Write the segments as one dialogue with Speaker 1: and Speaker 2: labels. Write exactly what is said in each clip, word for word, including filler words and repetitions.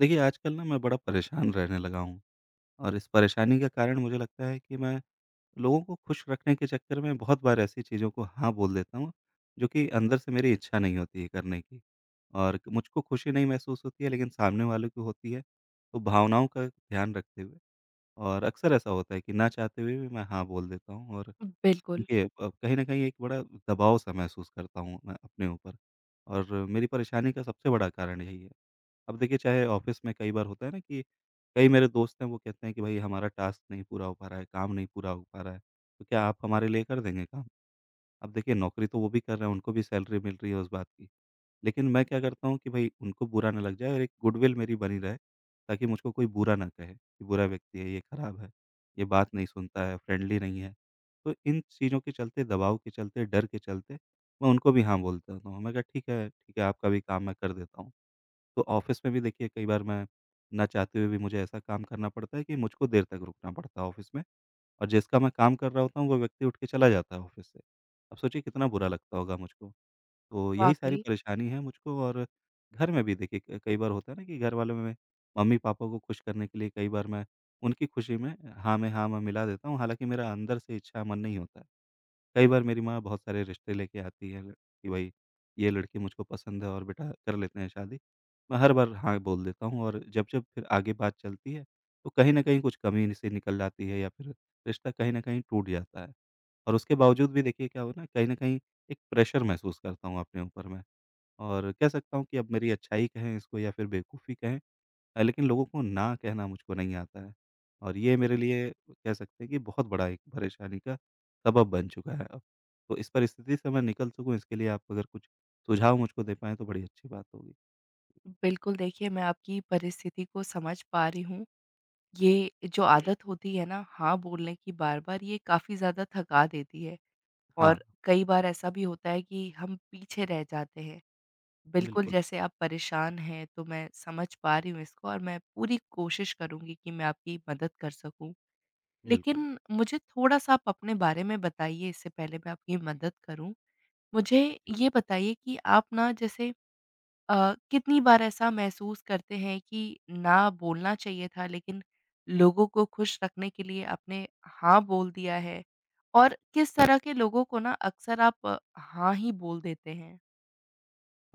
Speaker 1: देखिए, आजकल ना मैं बड़ा परेशान रहने लगा हूँ और इस परेशानी का कारण मुझे लगता है कि मैं लोगों को खुश रखने के चक्कर में बहुत बार ऐसी चीज़ों को हाँ बोल देता हूँ, जो कि अंदर से मेरी इच्छा नहीं होती है करने की और क- मुझको खुशी नहीं महसूस होती है, लेकिन सामने वाले को होती है। तो भावनाओं का ध्यान रखते हुए और अक्सर ऐसा होता है कि ना चाहते हुए भी मैं हाँ बोल देता हूँ, और
Speaker 2: बिल्कुल,
Speaker 1: देखिए अ, कहीं न कहीं एक बड़ा दबाव-सा महसूस करता हूँ मैं अपने ऊपर, और मेरी परेशानी का सबसे बड़ा कारण यही है। अब देखिए, चाहे ऑफ़िस में कई बार होता है ना कि कई मेरे दोस्त हैं, वो कहते हैं कि भाई हमारा टास्क नहीं पूरा हो पा रहा है, काम नहीं पूरा हो पा रहा है, तो क्या आप हमारे लिए कर देंगे काम? अब देखिए, नौकरी तो वो भी कर रहे हैं, उनको भी सैलरी मिल रही है उस बात की, लेकिन मैं क्या करता हूँ कि भाई उनको बुरा ना लग जाए और एक गुडविल मेरी बनी रहे, ताकि मुझको कोई बुरा ना कहे कि बुरा व्यक्ति है, ये खराब है, ये बात नहीं सुनता है, फ्रेंडली नहीं है। तो इन चीज़ों के चलते, दबाव के चलते, डर के चलते मैं उनको भी हाँ बोल देता हूँ। मैं कहा ठीक है, ठीक है, आपका भी काम मैं कर देता हूँ। तो ऑफ़िस में भी देखिए कई बार मैं ना चाहते हुए भी मुझे ऐसा काम करना पड़ता है कि मुझको देर तक रुकना पड़ता है ऑफ़िस में, और जिसका मैं काम कर रहा होता हूँ, वो व्यक्ति उठ के चला जाता है ऑफ़िस से। अब सोचिए कितना बुरा लगता होगा मुझको। तो यही सारी
Speaker 2: वाक़ई।
Speaker 1: परेशानी है मुझको। और घर में भी देखिए, क कई बार होता है ना कि घर वालों में मम्मी-पापा को खुश करने के लिए कई बार मैं उनकी खुशी में हाँ में हाँ, मैं मिला देता हूँ, हालाँकि मेरा अंदर से इच्छा, मन नहीं होता है। कई बार मेरी माँ बहुत सारे रिश्ते लेके आती है कि भाई ये लड़की मुझको पसंद है और बेटा कर लेते हैं शादी। मैं हर बार हाँ बोल देता हूँ, और जब-जब फिर आगे बात चलती है, तो कहीं न कहीं कुछ कमी से निकल जाती है या फिर रिश्ता कहीं न कहीं टूट जाता है। और उसके बावजूद भी देखिए क्या हुआ, ना कहीं न कहीं एक प्रेशर महसूस करता हूँ अपने ऊपर मैं, और कह सकता हूँ कि अब मेरी अच्छाई कहें इसको या फिर बेवकूफ़ी कहें, अ, लेकिन लोगों को ना कहना मुझको नहीं आता है, और ये मेरे लिए कह सकते हैं कि बहुत बड़ा एक परेशानी का सबब बन चुका है अब। तो इस परिस्थिति से मैं निकल सकूँ, इसके लिए आप अगर कुछ सुझाव मुझको दे पाएँ तो बड़ी अच्छी बात होगी।
Speaker 2: बिल्कुल, देखिए मैं आपकी परिस्थिति को समझ पा रही हूँ। ये जो आदत होती है ना हाँ बोलने की बार-बार ये काफ़ी ज़्यादा थका देती है
Speaker 1: हाँ,
Speaker 2: और कई बार ऐसा भी होता है कि हम पीछे रह जाते हैं। बिल्कुल,
Speaker 1: बिल्कुल,
Speaker 2: जैसे आप परेशान हैं तो मैं समझ पा रही हूँ इसको और मैं पूरी कोशिश करूँगी कि मैं आपकी मदद कर सकूँ।
Speaker 1: बिल्कुल।
Speaker 2: लेकिन मुझे थोड़ा-सा आप अपने बारे में बताइए इससे पहले मैं आपकी मदद करूँ। मुझे
Speaker 1: जी।
Speaker 2: ये बताइए कि आप ना जैसे अ, कितनी बार ऐसा महसूस करते हैं कि ना बोलना चाहिए था, लेकिन लोगों को खुश रखने के लिए आपने हाँ बोल दिया है? और किस तरह के लोगों को ना अक्सर आप अ, हाँ ही बोल देते हैं?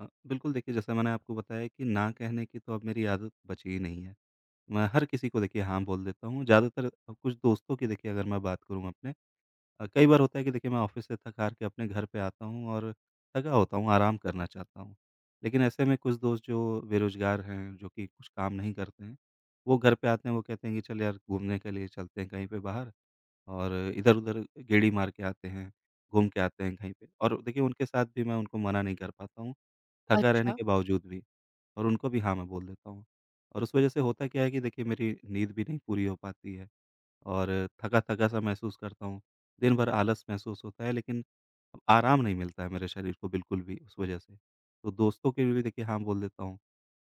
Speaker 1: अ, बिल्कुल देखिए, जैसा मैंने आपको बताया कि ना कहने की तो अब मेरी आदत बची ही नहीं है। मैं हर किसी को देखिए हाँ बोल देता हूँ, ज़्यादातर अ, कुछ दोस्तों की देखिए, अगर मैं बात करूँ अपने, अ, कई बार होता है कि देखिए मैं ऑफ़िस से थक-हार के अपने घर पे आता हूँ और थका होता हूँ, आराम करना चाहता हूँ। लेकिन ऐसे में कुछ दोस्त जो बेरोज़गार हैं, जो कि कुछ काम नहीं करते हैं, वो घर पे आते हैं, वो कहते हैं कि चल यार घूमने के लिए चलते हैं कहीं पे बाहर, और इधर-उधर गेड़ी मार के आते हैं, घूम के आते हैं कहीं पे। और देखिए उनके साथ भी मैं उनको मना नहीं कर पाता हूँ, थका रहने
Speaker 2: अच्छा।
Speaker 1: के बावजूद भी, और उनको भी हाँ मैं बोल देता हूँ। और उस वजह से होता क्या है कि देखिए मेरी नींद भी नहीं पूरी हो पाती है और थका-थका सा महसूस करता हूँ। दिन भर आलस महसूस होता है, लेकिन अब आराम नहीं मिलता है मेरे शरीर को बिल्कुल भी उस वजह से। तो दोस्तों के लिए भी देखिए हाँ बोल देता हूँ,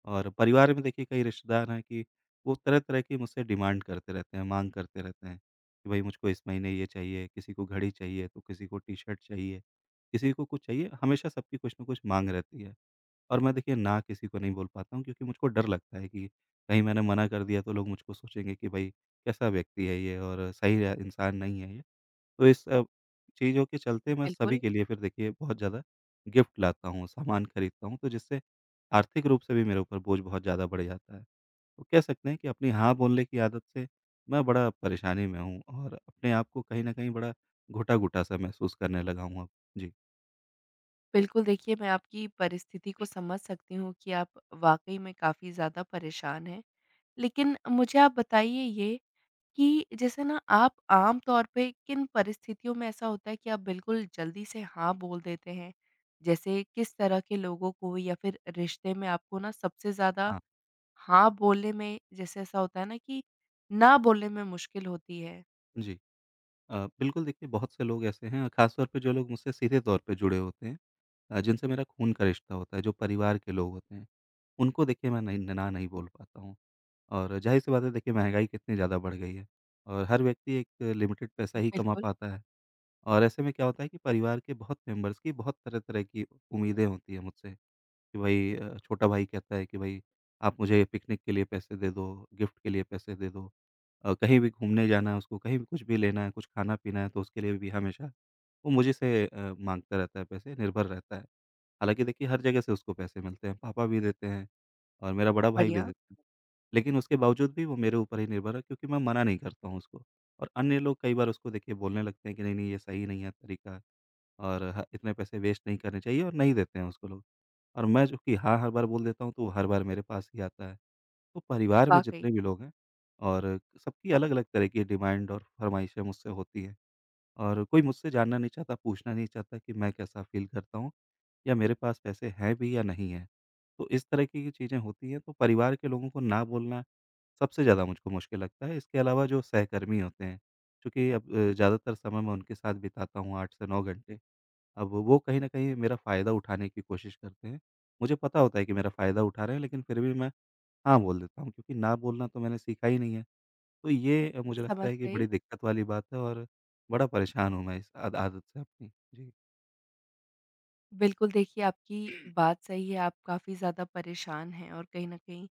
Speaker 1: और परिवार में देखिए कई रिश्तेदार हैं कि वो तरह-तरह की मुझसे डिमांड करते रहते हैं, माँग करते रहते हैं कि भई मुझको इस महीने ये चाहिए, किसी को घड़ी चाहिए, तो किसी को टी-शर्ट चाहिए, किसी को कुछ चाहिए। हमेशा सबकी कुछ न कुछ माँग रहती है। और मैं देखिए ना किसी को नहीं बोल पाता हूँ, क्योंकि मुझको डर लगता है कि कहीं मैंने मना कर दिया तो लोग मुझको सोचेंगे कि भाई कैसा व्यक्ति है ये, और सही है इंसान नहीं है ये। तो इस सब चीज़ों के चलते मैं सभी
Speaker 2: बिल्कुल,
Speaker 1: के लिए फिर देखिए बहुत ज़्यादा गिफ्ट लाता हूँ, सामान खरीदता हूँ, तो जिससे आर्थिक रूप से भी मेरे ऊपर बोझ बहुत ज़्यादा बढ़ जाता है। तो कह सकते हैं कि अपनी हाँ बोलने की आदत से मैं बड़ा परेशानी में हूँ, और अपने आप को कहीं न कहीं बड़ा घुटा-घुटा सा महसूस करने लगा हूँ अब। जी।
Speaker 2: बिल्कुल देखिए मैं आपकी परिस्थिति को समझ सकती हूँ कि आप वाक़ई में काफ़ी ज़्यादा परेशान हैं। लेकिन मुझे आप बताइए ये कि जैसे ना आप आम तौर पे किन परिस्थितियों में ऐसा होता है कि आप बिल्कुल जल्दी से हाँ बोल देते हैं? जैसे किस तरह के लोगों को या फिर रिश्ते में आपको ना सबसे ज़्यादा
Speaker 1: हाँ।
Speaker 2: हाँ बोलने में, जैसे ऐसा होता है ना कि ना बोलने में मुश्किल होती है?
Speaker 1: जी। अ, बिल्कुल देखिए, बहुत से लोग ऐसे हैं, खास तौर पे जो लोग मुझसे सीधे तौर पे जुड़े होते हैं, अ, जिनसे मेरा खून का रिश्ता होता है, जो परिवार के लोग होते हैं, उनको देखिए मैं नहीं ना नहीं बोल पाता हूँ। और जाहिर सी बात है, देखिए महंगाई कितनी ज़्यादा बढ़ गई है, और हर व्यक्ति एक लिमिटेड पैसा ही कमा
Speaker 2: बिल्कुल,
Speaker 1: पाता है। और ऐसे में क्या होता है कि परिवार के बहुत मेंबर्स की बहुत तरह तरह की उम्मीदें होती है मुझसे कि भाई, अ, छोटा भाई कहता है कि भाई आप मुझे पिकनिक के लिए पैसे दे दो, गिफ्ट के लिए पैसे दे दो। अ, कहीं भी घूमने जाना है उसको, कहीं भी कुछ भी लेना है, कुछ खाना-पीना है, तो उसके लिए भी हमेशा वो मुझे से अ, माँगता रहता है पैसे, निर्भर रहता है। हालाँकि देखिए हर जगह से उसको पैसे मिलते हैं, पापा भी देते हैं और मेरा बड़ा भाई भी
Speaker 2: बढ़िया,
Speaker 1: देता है। लेकिन उसके बावजूद भी वो मेरे ऊपर ही निर्भर है, क्योंकि मैं मना नहीं करता हूँ उसको, और अन्य लोग कई बार उसको देखिए बोलने लगते हैं कि नहीं-नहीं, ये सही नहीं है तरीका, और ह इतने पैसे वेस्ट नहीं करने चाहिए, और नहीं देते हैं उसको लोग। और मैं चूँकि हाँ, हर बार बोल देता हूँ, तो वो हर बार मेरे पास ही आता है। तो परिवार में
Speaker 2: वाक़ई,
Speaker 1: जितने भी लोग हैं, और सबकी अलग-अलग तरह की डिमांड और फ़रमाइशें मुझसे होती हैं, और कोई मुझसे जानना नहीं चाहता, पूछना नहीं चाहता कि मैं कैसा फ़ील करता हूँ, या मेरे पास पैसे हैं भी या नहीं हैं। तो इस तरह की चीज़ें होती हैं, तो परिवार के लोगों को ना बोलना सबसे ज़्यादा मुझको मुश्किल लगता है। इसके अलावा जो सहकर्मी होते हैं, चूँकि अब अ, ज़्यादातर समय मैं उनके साथ बिताता हूँ आठ से नौ घंटे, अब वो कहीं न कहीं मेरा फ़ायदा उठाने की कोशिश करते हैं। मुझे पता होता है कि मेरा फ़ायदा उठा रहे हैं, लेकिन फिर भी मैं हाँ बोल देता हूँ, क्योंकि ना बोलना तो मैंने सीखा ही नहीं है। तो ये अ, मुझे लगता
Speaker 2: समझ
Speaker 1: है कि
Speaker 2: गई।
Speaker 1: बड़ी दिक्कत वाली बात है, और बड़ा परेशान हूँ मैं इस आद आदत से अपनी। जी।
Speaker 2: बिल्कुल, देखिए आपकी बात सही है, आप काफ़ी ज़्यादा परेशान हैं और कहीं न कहीं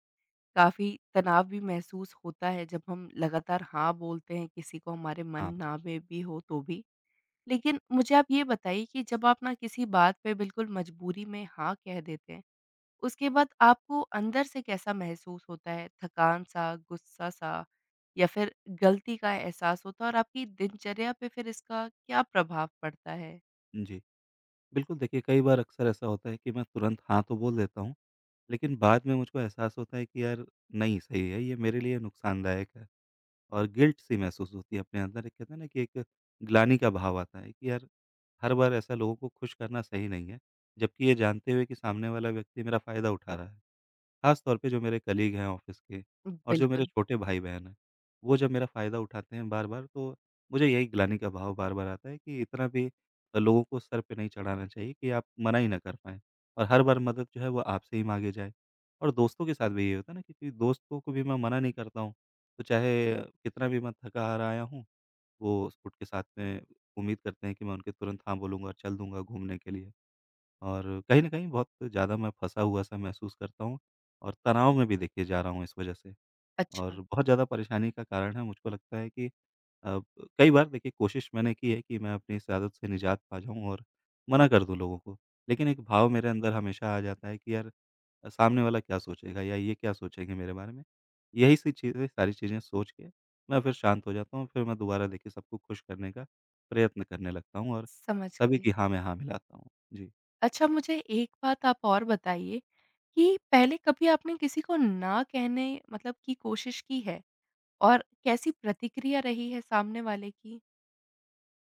Speaker 2: काफ़ी तनाव भी महसूस होता है, जब हम लगातार हाँ बोलते हैं किसी को, हमारे मन
Speaker 1: हाँ।
Speaker 2: ना में भी हो तो भी। लेकिन मुझे आप ये बताइए कि जब आप ना किसी बात पे बिल्कुल मजबूरी में हाँ कह देते हैं, उसके बाद आपको अंदर से कैसा महसूस होता है? थकान-सा, गुस्सा-सा, या फिर गलती का एहसास होता है, और आपकी दिनचर्या पे फिर इसका क्या प्रभाव पड़ता है?
Speaker 1: जी। बिल्कुल देखिए, कई बार अक्सर ऐसा होता है कि मैं तुरंत हाँ तो बोल देता हूँ, लेकिन बाद में मुझको एहसास होता है कि यार नहीं सही है, ये मेरे लिए नुकसानदायक है, और गिल्ट सी महसूस होती है अपने अंदर। एक कहते हैं ना कि एक ग्लानि का भाव आता है कि यार हर बार ऐसा लोगों को खुश करना सही नहीं है, जबकि ये जानते हुए कि सामने वाला व्यक्ति मेरा फ़ायदा उठा रहा है। ख़ास तौर पे जो मेरे कलीग हैं ऑफ़िस के, और जो मेरे
Speaker 2: बिल्कुल।
Speaker 1: छोटे भाई-बहन हैं, वो जब मेरा फ़ायदा उठाते हैं बार-बार, तो मुझे यही ग्लानि का भाव बार-बार आता है कि इतना भी अ, लोगों को सर पे नहीं चढ़ाना चाहिए कि आप मना ही ना कर पाएँ, और हर बार मदद जो है वो आपसे ही माँगे जाए। और दोस्तों के साथ भी ये होता है ना, क्योंकि दोस्तों को भी मैं मना नहीं करता हूँ, तो चाहे कितना भी मैं थका हारा आया हूँ, वो स्कूट के साथ में उम्मीद करते हैं कि मैं उनके तुरंत हाँ बोलूँगा, चल दूँगा घूमने के लिए, और कहीं न कहीं बहुत ज़्यादा मैं फँसा हुआ-सा महसूस करता हूँ, और तनाव में भी देखिए जा रहा हूँ इस वजह से,
Speaker 2: अच्छा,
Speaker 1: और बहुत ज़्यादा परेशानी का कारण है। मुझको लगता है कि अ, कई बार देखिए कोशिश मैंने की है कि मैं अपनी इस आदत से निजात पा जाऊँ और मना कर दूँ लोगों को, लेकिन एक भाव मेरे अंदर हमेशा आ जाता है कि यार अ, सामने वाला क्या सोचेगा, या ये क्या सोचेंगे मेरे बारे में। यही सी चीज़ें सारी चीज़ें सोच के मैं फिर शांत हो जाता हूँ, फिर मैं दोबारा देखिए सबको खुश करने का प्रयत्न करने लगता हूँ, और
Speaker 2: समझ
Speaker 1: तभी
Speaker 2: गई।
Speaker 1: कि हाँ, मैं हाँ मिलाता हूँ। जी।
Speaker 2: अच्छा, मुझे एक बात आप और बताइए कि पहले कभी आपने किसी को ना कहने, मतलब की कोशिश की है? और कैसी प्रतिक्रिया रही है सामने वाले की?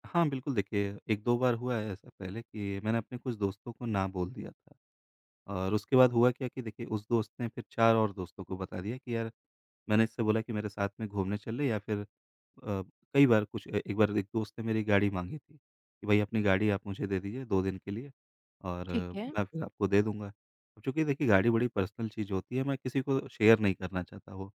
Speaker 1: हाँ, बिल्कुल देखिए, एक दो बार हुआ है ऐसा पहले कि मैंने अपने कुछ दोस्तों को ना बोल दिया था। और उसके बाद हुआ क्या कि देखिए उस दोस्त ने फिर चार और दोस्तों को बता दिया कि यार मैंने इससे बोला कि मेरे साथ में घूमने चल ले, या फिर अ, कई बार कुछ ए एक बार एक दोस्त ने मेरी गाड़ी माँगी थी कि भई अपनी गाड़ी आप मुझे दे दीजिए दो दिन के लिए, और
Speaker 2: ठीक है,
Speaker 1: मैं फिर आपको दे दूँगा। अब चूँकि देखिए गाड़ी बड़ी पर्सनल चीज़ होती है, मैं किसी को शेयर नहीं करना चाहता वो,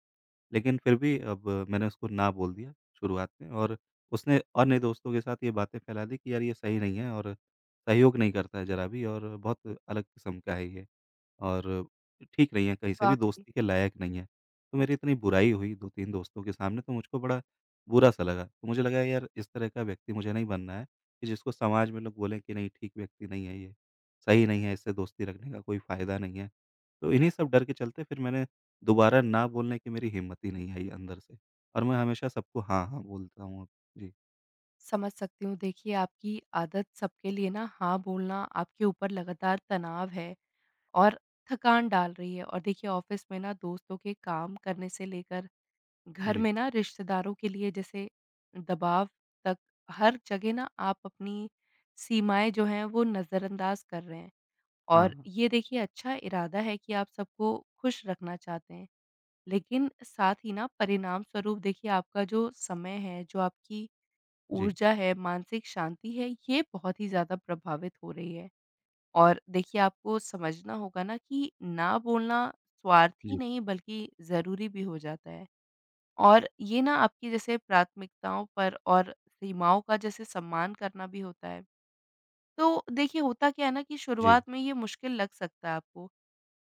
Speaker 1: लेकिन फिर भी अब मैंने उसको ना बोल दिया शुरुआत में, और उसने अन्य दोस्तों के साथ ये बातें फैला दी कि यार ये सही नहीं है, और सहयोग नहीं करता है ज़रा भी, और बहुत अलग किस्म का है ये, और ठीक नहीं है, कहीं से भी
Speaker 2: वाक़ई।
Speaker 1: दोस्ती के लायक नहीं है। तो मेरी इतनी बुराई हुई दो तीन दोस्तों के सामने, तो मुझको बड़ा बुरा-सा लगा। तो मुझे लगा यार इस तरह का व्यक्ति मुझे नहीं बनना है, कि जिसको समाज में लोग बोलें कि नहीं, ठीक व्यक्ति नहीं है ये, सही नहीं है, इससे दोस्ती रखने का कोई फ़ायदा नहीं है। तो इन्हीं सब डर के चलते फिर मैंने दोबारा ना बोलने की मेरी हिम्मत ही नहीं आई अंदर से, और मैं हमेशा सबको हाँ, हाँ बोलता हूँ अब। जी,
Speaker 2: समझ सकती हूँ। देखिए, आपकी आदत सबके लिए ना हाँ बोलना आपके ऊपर लगातार तनाव है और थकान डाल रही है, और देखिए ऑफ़िस में ना दोस्तों के काम करने से लेकर घर
Speaker 1: जी,
Speaker 2: में ना रिश्तेदारों के लिए, जैसे दबाव तक, हर जगह ना आप अपनी सीमाएँ जो हैं वो नज़रअंदाज कर रहे हैं।
Speaker 1: हाँ,
Speaker 2: और
Speaker 1: हाँ।
Speaker 2: ये देखिए अच्छा इरादा है कि आप सबको खुश रखना चाहते हैं। लेकिन साथ ही ना परिणाम स्वरूप देखिए आपका जो समय है, जो आपकी
Speaker 1: जी,
Speaker 2: ऊर्जा है, मानसिक शांति है, ये बहुत ही ज़्यादा प्रभावित हो रही है। और देखिए आपको समझना होगा ना कि ना बोलना स्वार्थी
Speaker 1: जी,
Speaker 2: नहीं, बल्कि ज़रूरी भी हो जाता है। और ये ना आपकी जैसे प्राथमिकताओं पर और सीमाओं का जैसे सम्मान करना भी होता है। तो देखिए होता क्या है ना कि
Speaker 1: जी,
Speaker 2: शुरुआत में ये मुश्किल लग सकता है आपको।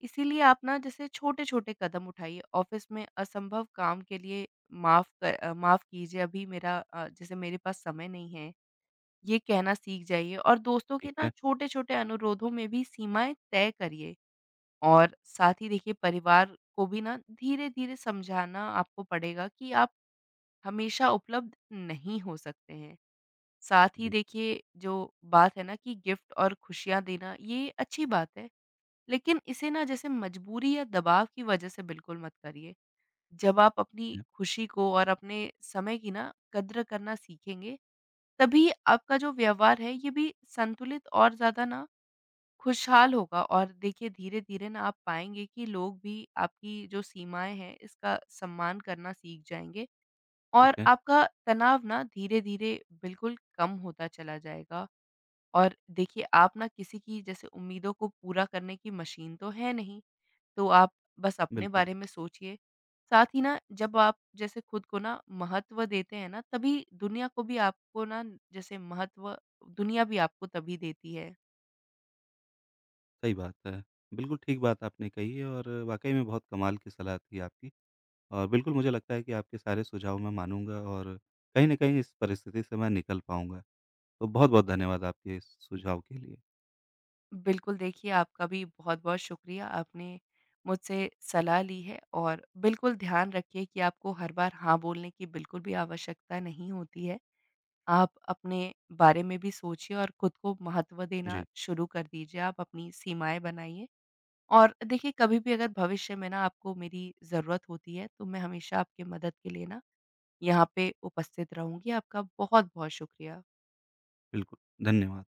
Speaker 2: इसीलिए आप ना जैसे छोटे-छोटे कदम उठाइए। ऑफ़िस में असंभव काम के लिए माफ़ क अ, माफ़ कीजिए, अभी मेरा, अ, जैसे मेरे पास समय नहीं है, ये कहना सीख जाइए, और दोस्तों के
Speaker 1: ठीक
Speaker 2: ना
Speaker 1: है।
Speaker 2: छोटे-छोटे अनुरोधों में भी सीमाएँ तय करिए। और साथ ही देखिए परिवार को भी ना धीरे-धीरे समझाना आपको पड़ेगा कि आप हमेशा उपलब्ध नहीं हो सकते हैं। साथ ही
Speaker 1: जी,
Speaker 2: देखिए जो बात है ना कि गिफ्ट और खुशियाँ देना, ये अच्छी बात है, लेकिन इसे ना जैसे मजबूरी या दबाव की वजह से बिल्कुल मत करिए। जब आप अपनी
Speaker 1: ठीक है,
Speaker 2: खुशी को और अपने समय की ना कद्र करना सीखेंगे, तभी आपका जो व्यवहार है ये भी संतुलित और ज़्यादा ना खुशहाल होगा, और देखिए धीरे-धीरे ना आप पाएँगे कि लोग भी आपकी जो सीमाएँ हैं इसका सम्मान करना सीख जाएँगे,
Speaker 1: ठीक
Speaker 2: और
Speaker 1: है।
Speaker 2: आपका तनाव ना धीरे-धीरे बिल्कुल कम होता चला जाएगा। और देखिए आप ना किसी की जैसे उम्मीदों को पूरा करने की मशीन तो है नहीं, तो आप बस अपने
Speaker 1: बिल्कुल।
Speaker 2: बारे में सोचिए। साथ ही ना, जब आप जैसे खुद को ना महत्व देते हैं ना, तभी दुनिया को भी आपको ना जैसे महत्व, दुनिया भी आपको तभी देती है।
Speaker 1: सही बात है। बिल्कुल ठीक बात आपने कही है, और वाक़ई में बहुत कमाल की सलाह थी आपकी, और बिल्कुल मुझे लगता है कि आपके सारे सुझाव मैं मानूँगा, और कहीं न कहीं इस परिस्थिति से मैं निकल पाऊँगा। तो बहुत-बहुत धन्यवाद आपके इस सुझाव के लिए।
Speaker 2: बिल्कुल, देखिए आपका भी बहुत-बहुत शुक्रिया, आपने मुझसे सलाह ली है, और बिल्कुल ध्यान रखिए कि आपको हर बार हाँ बोलने की बिल्कुल भी आवश्यकता नहीं होती है। आप अपने बारे में भी सोचिए और खुद को महत्व देना
Speaker 1: जी,
Speaker 2: शुरू कर दीजिए, आप अपनी सीमाएँ बनाइए, और देखिए कभी भी अगर भविष्य में ना आपको मेरी ज़रूरत होती है, तो मैं हमेशा आपकी मदद के लिए ना यहाँ पे उपस्थित रहूँगी। आपका बहुत-बहुत शुक्रिया।
Speaker 1: बिल्कुल, धन्यवाद।